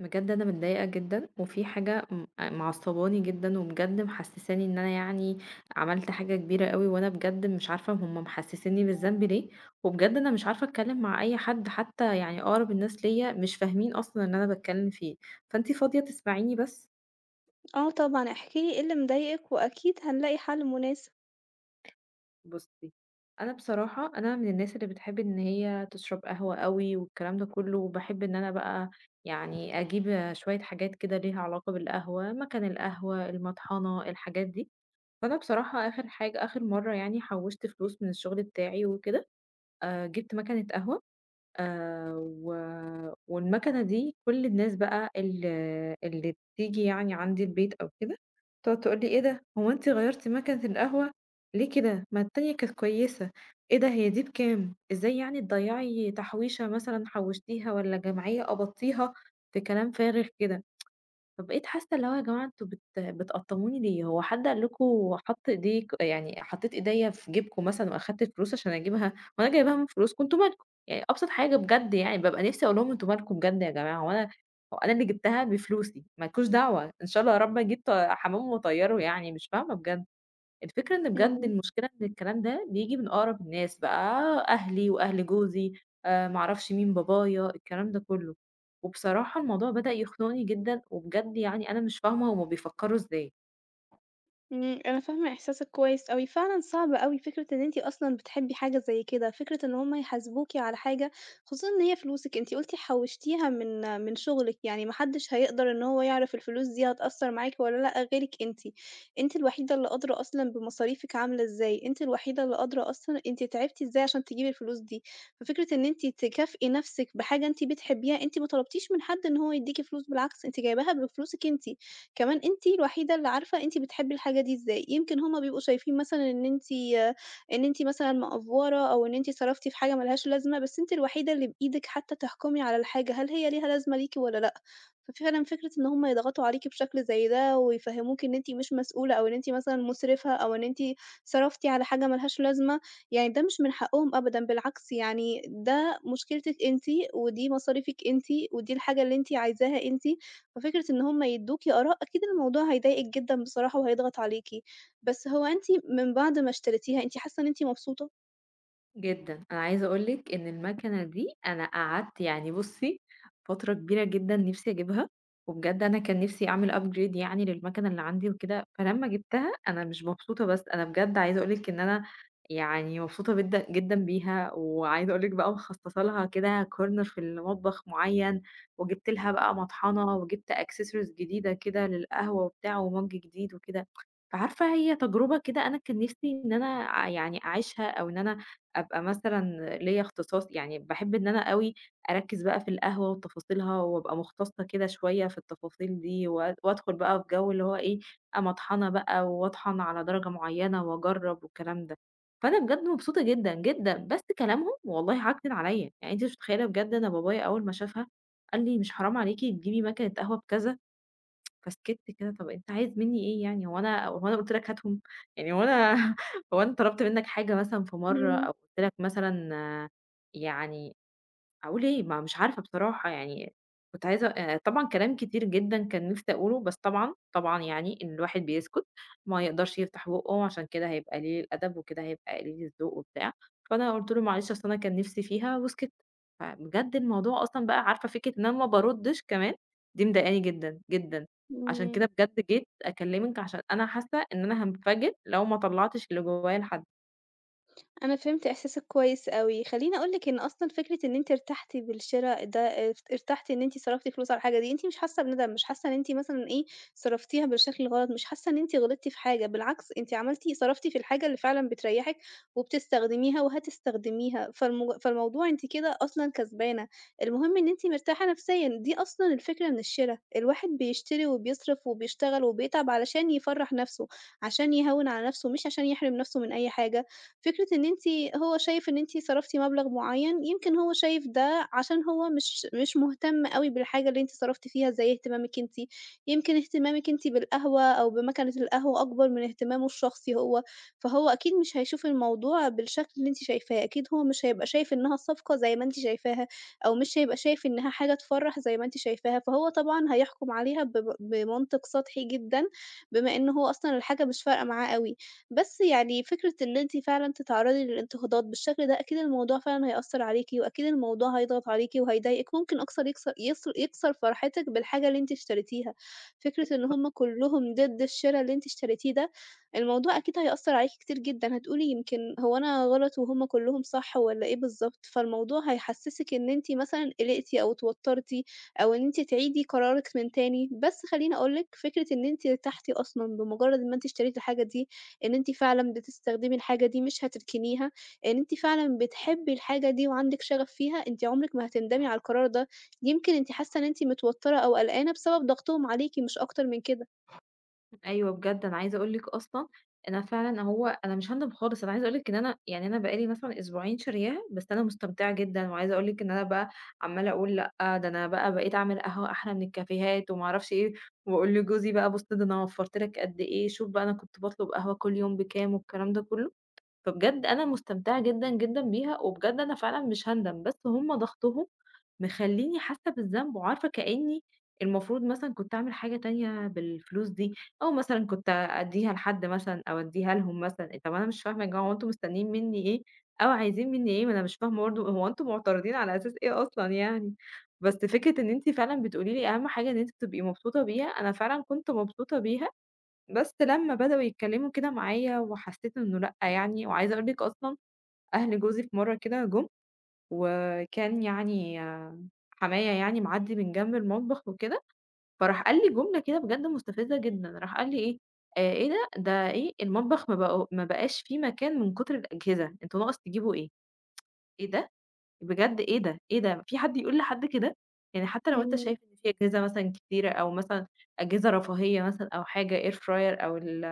بجد انا متضايقه جدا وفي حاجه معصباني جدا وبجد محسساني ان انا يعني عملت حاجه كبيره قوي وانا بجد مش عارفه هم محسسيني بالذنب ليه، وبجد انا مش عارفه اتكلم مع اي حد حتى يعني اقرب الناس ليا مش فاهمين اصلا ان انا بتكلم فيه، فانتي فاضيه تسمعيني بس؟ آه طبعًا، احكِ لي إيه اللي مضايقِك وأكيد هنلاقي حل مناسب. بصي، انا بصراحه انا من الناس اللي بتحب ان هي تشرب قهوه قوي والكلام ده كله، وبحب ان انا بقى يعني اجيب شويه حاجات كده ليها علاقه بالقهوه، مكان القهوه، المطحنه، الحاجات دي. فأنا بصراحة آخر حاجة آخر مرّة يعني حوّشت فلوس من الشغل بتاعي وكده، جِبت مَكَنة قهوة و والمَكَنة دي كل الناس بقى اللي بتيجي يعني عندي البيت أو كده، تقعد تقول لي: "إيه ده، هو أنتِ غيّرتِ مَكَنة القهوة؟ ليه كده؟ ما التانية كانت كويسة." "إيه ده، هي دي بكام؟ إزاي يعني تضيّعي تحويشة مثلًا حوّشتيها والّا جمعية قبضتيها في كلام فارغ كده؟" فبقيت حاسة اللي هو يا جماعة أنتم بتقطموني ليه، هو حد قال لكم حط إيديك، يعني حطيت إيديَّ في جيبكم مثلًا وأخدت الفلوس عشان أجيبها، وأنا جايباها من فلوسكم؟ أنتم مالكم، يعني أبسط حاجة بجد، يعني بابقى نفسي أقول لهم أنتم مالكم بجد يا جماعة، هو أنا اللي جبتها بفلوسي ما لكوش دعوة، إن شاء الله يا رب أجيب حمام وأطيره، يعني مش فاهمة بجد. الفكرة إن بجد إمم. المشكلة إن الكلام ده بييجي من أقرب الناس بقى، أهلي وأهل جوزي، ما أعرفش مين بابايا، الكلام ده كلّه. وبصراحة الموضوع بدأ يخنقني جدًا، وبجد يعني أنا مش فاهمة هُم بيفكّروا إزاي. إمم، أنا فاهمة إحساسِك كويس أوي، فعلًا صعب أوي فكرة إن أنتِ أصلًا بتحبي حاجة زي كده، فكرة إن هُم يحاسبوكِ على حاجة، خصوصًا إن هي فلوسِك، أنتِ قُلتِ حوشتيها من شغلِك، يعني ما حدش هيقدر إن هو يعرف الفلوس دي هتأثّر معاكِ والّا لأ غيرِك أنتِ، أنتِ الوحيدة اللي قادرة أصلًا بمصاريفِك عاملة إزاي، أنتِ الوحيدة اللي قادرة أصلًا أنتِ تعبتِ إزاي عشان تجيبي الفلوس دي، ففكرة إن أنتِ تكافئي نفسِك بحاجة أنتِ بتحبيها، أنتِ ما طلبتيش من حد إن هو يديكِ فلوس، بالعكس أنتِ جايباها بفلوسِك أنتِ. كمان أنتِ الوحيدة اللي عارفة أنتِ بتحبي الحاجة دي إزاي، يمكن هُم بيبقوا شايفين مثلًا إن أنتِ مثلًا مأفورة أو إن أنتِ صرفتِ في حاجة ما لهاش لازمة، بس أنتِ الوحيدة اللي بإيدِك حتى تحكمي على الحاجة هل هي ليها لازمة ليكِ والّا لأ، ففعلًا فكرة إن هُم يضغطوا عليكِ بشكل زي ده ويفهموكِ إن أنتِ مش مسؤولة أو إن أنتِ مثلًا مسرفة أو إن أنتِ صرفتِ على حاجة ما لهاش لازمة، يعني ده مش من حقهم أبدًا، بالعكس يعني ده مشكلتِك أنتِ ودي مصاريفِك أنتِ ودي الحاجة اللي أنتِ عايزاها أنتِ، ففكرة إن هم يدّوكِ آراء، أكيد الموضوع هيضايقِك جدًا بصراحة وهيضغط عليكِ. بس هو أنتِ من بعد ما اشتريتيها، أنتِ حاسة إن أنتِ مبسوطة؟ جدًا، أنا عايزة أقول لِك إن المكنة دي أنا قعدت يعني بُصّي، فترة كبيرة جدًا نِفْسي أجيبها، وبجد أنا كان نِفْسي أعمل upgrade يعني للمكنة اللي عندي وكده، فلمّا جِبتها أنا مش مبسوطة بس، أنا بجد عايزة أقول لِك إن أنا يعني مبسوطة بدا جدًا بيها، وعايزة أقول لِك بقى مخصصة لها كده corner في المطبخ معيّن، وجِبت لها بقى مطحنة، وجِبت accessories جديدة كده للقهوة وبتاع، ومَج جديد وكده، فعارفة هي تجربة كده أنا كان نِفْسي إن أنا يعني أعيشها أو إن أنا أبقى مثلًا ليّا اختصاص، يعني باحب إن أنا أوي أركّز بقى في القهوة وتفاصيلها، وأبقى مختصة كده شوية في التفاصيل دي، وأدخل بقى في جو اللي هو إيه، أبقى مطحنة بقى وأطحن على درجة معيّنة وأجرّب والكلام ده. فأنا بجد مبسوطة جدًا، جدًا، بس كلامهم والله عكنن عليّا، يعني أنتِ مش متخيلة بجد، أنا بابايا أول ما شافها قال لي: "مش حرام عليكِ تجيبي ماكينة قهوة بكذا؟" فسكِتّ كده، طَب أنت عايز منّي إيه يعني، هو أنا قُلت لك هاتهم، يعني هو أنا هو أنا طلبت منّك حاجة مثلًا في مرّة إمم، أو قُلت لك مثلًا؟ آه، يعني أقول إيه، ما مش عارفة بصراحة يعني. كنت عايزة طبعًا كلام كتير جدًا كان نِفْسي أقوله، بس طبعًا يعني إن الواحد بيسكت، ما يقدرش يفتح بُقّه عشان كده هيبقى قليل الأدب وكده هيبقى قليل الذوق وبتاع، فأنا قُلت له: "معلش أصل أنا كان نِفْسي فيها." وسكت. فبجد الموضوع أصلًا بقى، عارفة فكرة إن أنا ما باردّش كمان، دي مضايقاني جدًا، جدًا. عشان إمم. كده بجد جيت أكلّمِك عشان أنا حاسة إن أنا هانفجر لو ما طلّعتش اللي جوايا لحد. أنا فهمت إحساسِك كويس أوي، خلّيني أقول لِك إن أصلًا فكرة إن أنتِ ارتحتِ بالشرا ده ارتحتِ إن أنتِ صرفتِ فلوس على الحاجة دي، أنتِ مش حاسة بندم، مش حاسة إن أنتِ مثلًا إيه، صرفتيها بالشكل الغلط، مش حاسة إن أنتِ غلطتِ في حاجة، بالعكس أنتِ عملتِ صرفتِ في الحاجة اللي فعلًا بتريحِك وبتستخدميها وهتستخدميها، فالموضوع أنتِ كده أصلًا كسبانة، المهم إن أنتِ مرتاحة نفسيًا، دي أصلًا الفكرة من الشرا، الواحد بيشتري وبيصرف وبيشتغل وبيتعب علشان يفرّح نفسه، عشان يهوّن على نفسه، مش عشان يحرم نفسه من أي حاجة. فكرة إن أنتِ هو شايف إن أنتِ صرفتِ مبلغ معيّن، يمكن هو شايف ده عشان هو مش مهتم أوي بالحاجة اللي أنتِ صرفتِ فيها زي اهتمامِك أنتِ، يمكن اهتمامِك أنتِ بالقهوة أو بمكنة القهوة أكبر من اهتمامه الشخصي هو، فهو أكيد مش هيشوف الموضوع بالشكل اللي أنتِ شايفاه، أكيد هو مش هيبقى شايف إنها صفقة زي ما أنتِ شايفاها، أو مش هيبقى شايف إنها حاجة تفرّح زي ما أنتِ شايفاها، فهو طبعًا هيحكم عليها بمنطق سطحي جدًا، بما إن هو أصلًا الحاجة مش فارقة معاه أوي. بس يعني فكرة إن أنتِ فعلًا تتعرّضي للانتقادات بالشكل ده، أكيد الموضوع فعلًا هيأثّر عليكِ، وأكيد الموضوع هيضغط عليكِ وهيضايقِك، ممكن أكثر يكسر فرحتِك بالحاجة اللي أنتِ اشتريتيها. فكرة إن هم كلّهم ضد الشرا اللي أنتِ اشتريتيه ده، الموضوع أكيد هيأثّر عليكِ كتير جدًا، هتقولي يمكن هو أنا غلط وهم كلّهم صح والّا إيه بالضبط؟ فالموضوع هيحسّسِك إن أنتِ مثلًا قلقتِ أو اتوتّرتِ أو إن أنتِ تعيدي قرارِك من تاني. بس خلّيني أقول لِك، فكرة إن أنتِ ارتحتِ أصلًا بمجرّد ما أنتِ اشتريتِ الحاجة دي، إن أنتِ فعلًا بتستخدمي الحاجة دي مش هتركنيها، إن أنتِ فعلًا بتحبي الحاجة دي وعندِك شغف فيها، أنتِ عمرِك ما هتندمي على القرار ده. يمكن أنتِ حاسة إن أنتِ متوترة أو قلقانة بسبب ضغطهم عليكِ مش أكتر من كده. أيوه بجد، أنا عايزة أقول لِك أصلًا أنا فعلًا هو أنا مش هاندم خالص، أنا عايزة أقول لِك إن أنا يعني أنا بقى لي مثلًا أسبوعين شارياها، بس أنا مستمتعة جدًا، وعايزة أقول لِك إن أنا بقى عمّالة أقول لأ، ده أنا بقى بقيت أعمل قهوة أحلى من الكافيهات وما أعرفش إيه، وأقول لجوزي بقى بُص ده أنا وفّرت لك قد إيه، شوف بقى أنا كنت باطلب قهوة كل يوم بكام والكلام ده كلّه. فبجد أنا مستمتعة جدًا، جدًا بيها، وبجد أنا فعلًا مش هاندم، بس هُم ضغطهم مخلّيني حاسة بالذنب، وعارفة كإني المفروض مثلًا كنت أعمل حاجة تانية بالفلوس دي، أو مثلًا كنت أدّيها لحد مثلًا أو أدّيها لهم مثلًا، إيه، طب أنا مش فاهمة يا جماعة هو أنتم مستنيين مني إيه، أو عايزين مني إيه، ما أنا مش فاهمة برضه هو أنتم معترضين على أساس إيه أصلًا يعني؟ بس فكرة إن أنتِ فعلًا بتقولي لي أهم حاجة إن أنتِ تبقي مبسوطة بيها، أنا فعلًا كنت مبسوطة بيها. بس لمّا بدأوا يتكلّموا كده معايا وحسّيت إنه لأ يعني، وعايزة أقول لِك أصلًا أهل جوزي في مرّة كده جُم، وكان يعني حمايا يعني معدّي من جنب المطبخ وكده، فراح قال لي جملة كده بجد مستفزة جدًا، راح قال لي إيه، إيه ده، ده إيه، المطبخ ما بقاش فيه مكان من كتر الأجهزة، أنتم ناقص تجيبوا إيه؟ إيه ده! بجد إيه ده، إيه ده، في حد يقول لحد كده! يعني حتى لو أنت إمم، شايف إن في أجهزة مثلًا كتيرة أو مثلًا أجهزة رفاهية مثلًا أو حاجة air fryer أو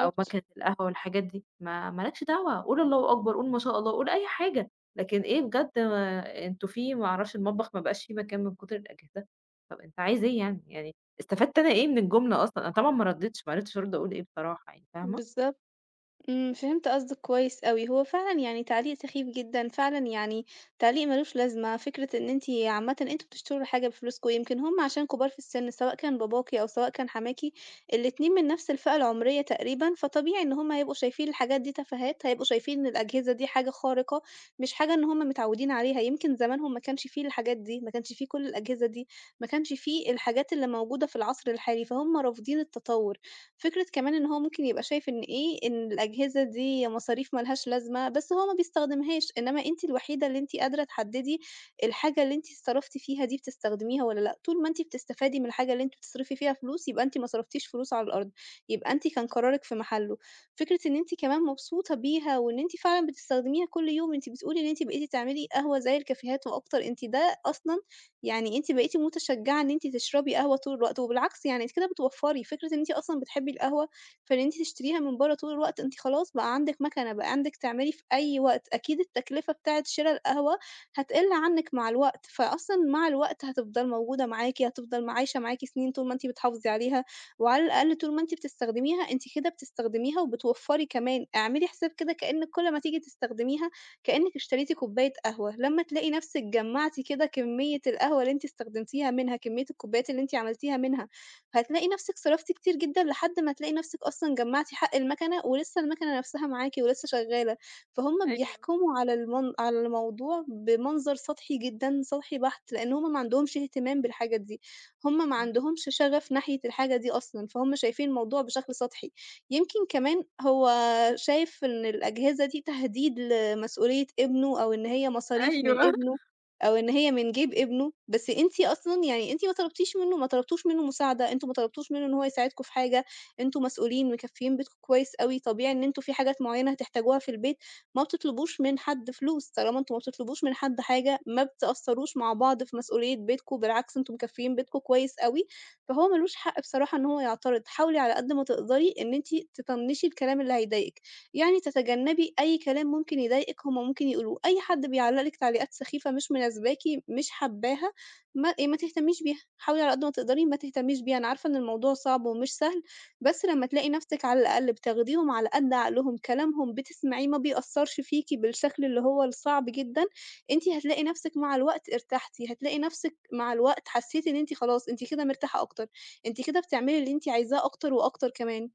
أو ماكينة القهوة والحاجات دي، ما ما لكش دعوة، قُل الله أكبر، قُل ما شاء الله، قُل أي حاجة، لكن إيه بجد أنتم في، ما أعرفش، المطبخ ما بقاش في مكان من كتر الأجهزة، طَب أنت عايز إيه يعني؟ يعني استفدت أنا إيه من الجملة أصلًا؟ أنا طبعًا ما رديتش، ما عرفتش أرد أقول إيه بصراحة يعني، فاهمة؟ بالضبط. إمم، فهمت قصدك كويس أوي، هو فعلًا يعني تعليق سخيف جدًا، فعلًا يعني تعليق ما لوش لازمة، فكرة إن أنتِ عامةً أنتم بتشتروا حاجة بفلوسكم، يمكن هُم عشان كبار في السن سواء كان باباكِ أو سواء كان حماكِ، الاتنين من نفس الفئة العمرية تقريبًا، فطبيعي إن هُم هيبقوا شايفين الحاجات دي تفاهات، هيبقوا شايفين إن الأجهزة دي حاجة خارقة، مش حاجة إن هُم متعودين عليها، يمكن زمانهم ما كانش فيه الحاجات دي، ما كانش فيه كل الأجهزة دي، ما كانش فيه الحاجات اللي موجودة في العصر الحالي، فهُم رافضين التطور. فكرة كمان إن هو ممكن يبقى شايف إن إيه، إن الأجهزة دي مصاريف ما لهاش لازمة، بس هو ما بيستخدمهاش، إنما أنتِ الوحيدة اللي أنتِ قادرة تحددي الحاجة اللي أنتِ صرفتِ فيها دي بتستخدميها والّا لأ، طول ما أنتِ بتستفادي من الحاجة اللي أنتِ بتصرفي فيها فلوس، يبقى أنتِ ما صرفتيش فلوس على الأرض، يبقى أنتِ كان قرارِك في محله. فكرة إن أنتِ كمان مبسوطة بيها وإن أنتِ فعلًا بتستخدميها كل يوم، أنتِ بتقولي إن أنتِ بقيتِ تعملي قهوة زي الكافيهات وأكتر، أنتِ ده أصلًا يعني أنتِ بقيتِ متشجعة إن أنتِ تشربي قهوة طول الوقت، وبالعكس يعني أنتِ كده بتوفّري، فكرة إن أنتِ أصلًا بتحبي القهوة، فإن أنتِ تشتريها من برّه طول الوقت أنتِ خلاص بقى عندِك مكنة، بقى عندِك تعملي في أي وقت، أكيد التكلفة بتاعة شرا القهوة هتقِل عنِّك مع الوقت، فأصلًا مع الوقت هتفضل موجودة معاكِ، هتفضل عايشة معاكِ سنين طول ما أنتِ بتحافظي عليها، وعلى الأقل طول ما أنتِ بتستخدميها، أنتِ كده بتستخدميها وبتوفّري كمان، اعملي حساب كده كأنِّك كل ما تيجي تستخدميها كأنِّك اشتريتِ كوباية قهوة، لمّا تلاقي نَفْسِك جمّعتِ كده كمية القهوة اللي أنتِ استخدمتيها منها، كمية الكوبايات اللي أنتِ عملتيها منها، هتلاقي نَفْسِك صرفتِ كتير جدًا لحد ما تلاقي نَفْسِك أصلًا جمّعتِ حق المكنة، ولسه المكنة نَفْسها معاكِ ولسه شغالة، فهُم أيوه، بيحكموا على على الموضوع بمنظر سطحي جدًا، سطحي بحت، لإن هُم ما عندهمش اهتمام بالحاجة دي، هُم ما إمم. عندهمش شغف ناحية الحاجة دي أصلًا، فهُم شايفين الموضوع بشكل سطحي. يمكن كمان هو شايف إن الأجهزة دي تهديد لمسؤولية ابنه أو إن هي مصاريف من أيوه. ابنه أو إن هي من جيب ابنه، بس أنتِ أصلًا يعني أنتِ ما طلبتيش منه ما طلبتوش منه مساعدة، أنتم ما طلبتوش منه إن هو يساعدكم في حاجة، أنتم مسؤولين مكفّيين بيتكم كويس أوي، طبيعي إن أنتم في حاجات معيّنة هتحتاجوها في البيت، ما بتطلبوش من حد فلوس، طالما أنتم ما بتطلبوش من حد حاجة، ما بتأثّروش مع بعض في مسؤولية بيتكم، بالعكس أنتم مكفّيين بيتكم كويس أوي، فهو ما لوش حق بصراحة إن هو يعترض، حاولي على قد ما تقدري إن أنتِ تطنّشي الكلام اللي هيضايقِك. يعني تتجنبي أي كلام ممكن يضايقِك هُم ممكن يقولوه، أي حد بيعلّق لِك تعليقات سخيفة مش مناسباكِ، مش حاباها، ما إيه، ما تهتميش بيها، حاولي على قد ما تقدري ما تهتميش بيها، أنا عارفة إن الموضوع صعب ومش سهل، بس لمّا تلاقي نفسِك على الأقل بتاخديهم على قد عقلهم، كلامهم بتسمعيه ما بيأثّرش فيكِ بالشكل اللي هو الصعب جدًا، أنتِ هتلاقي نفسِك مع الوقت ارتحتِ، هتلاقي نفسِك مع الوقت حسيتِ إن أنتِ خلاص أنتِ كده مرتاحة أكتر، أنتِ كده بتعملي اللي أنتِ عايزاه أكتر وأكتر كمان.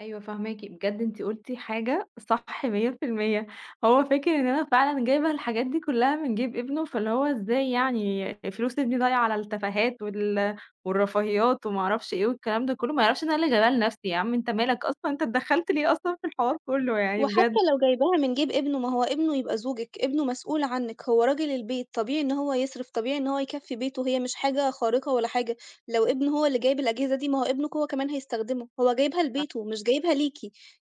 أيوه فاهماكِ، بجد أنتِ قُلتِ حاجة صح 100%. هو فاكر إن أنا فعلًا جايبة الحاجات دي كلّها من جيب ابنه، فاللي هو إزاي يعني فلوس ابني ضايعة على التفاهات والرفاهيات وما أعرفش إيه والكلام ده كلّه، ما يعرفش إن أنا اللي جايباها لنفسي، يا عم أنت مالك أصلًا، أنت اتدخّلت ليه أصلًا في الحوار كلّه يعني وحتى بجد، لو جايباها من جيب ابنه، ما هو ابنه يبقى زوجِك، ابنه مسؤول عنِّك، هو راجل البيت، طبيعي إن هو يصرف، طبيعي إن هو يكفّي بيته، هي مش حاجة خارقة ولا حاجة. لو ابنه هو اللي جايب الأجهزة دي، ما هو ابنك هو كمان هيستخدمه، هو جايبها صح. لبيته مش جايبها ليكِ،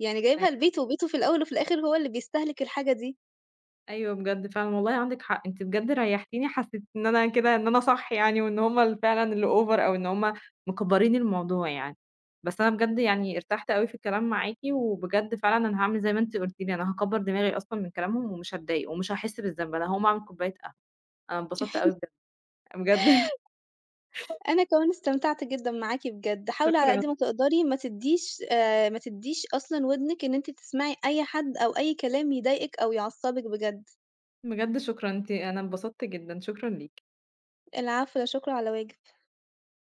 يعني أيوه. جايبها لبيته، وبيته في الأول وفي الآخر هو اللي بيستهلك الحاجة دي. أيوه بجد فعلًا، والله عندِك حق، أنتِ بجد ريّحتيني، حسّيت إن أنا كده إن أنا صح يعني، وإن هُم فعلًا اللي over أو إن هُم مكبّرين الموضوع يعني. بس أنا بجد يعني ارتحت أوي في الكلام معاكِ، وبجد فعلًا أنا هاعمل زي ما أنتِ قُلتِ لي، أنا هاكبّر دماغي أصلًا من كلامهم ومش هاتضايق ومش هاحس بالذنب، أنا هاقوم أعمل كوباية قهوة. أنا اتبسطت أوي بجد، بجد أنا كمان استمتعت جدًا معاكِ بجد، حاولي على شكرًا، قد ما تقدري ما تدّيش ما تدّيش أصلًا ودنِك إن أنتِ تسمعي أي حد أو أي كلام يضايقِك أو يعصّبِك بجد. بجد شكرًا، أنتِ أنا اتبسطت جدًا، شكرًا ليكِ. العفو، لا شكر على واجب.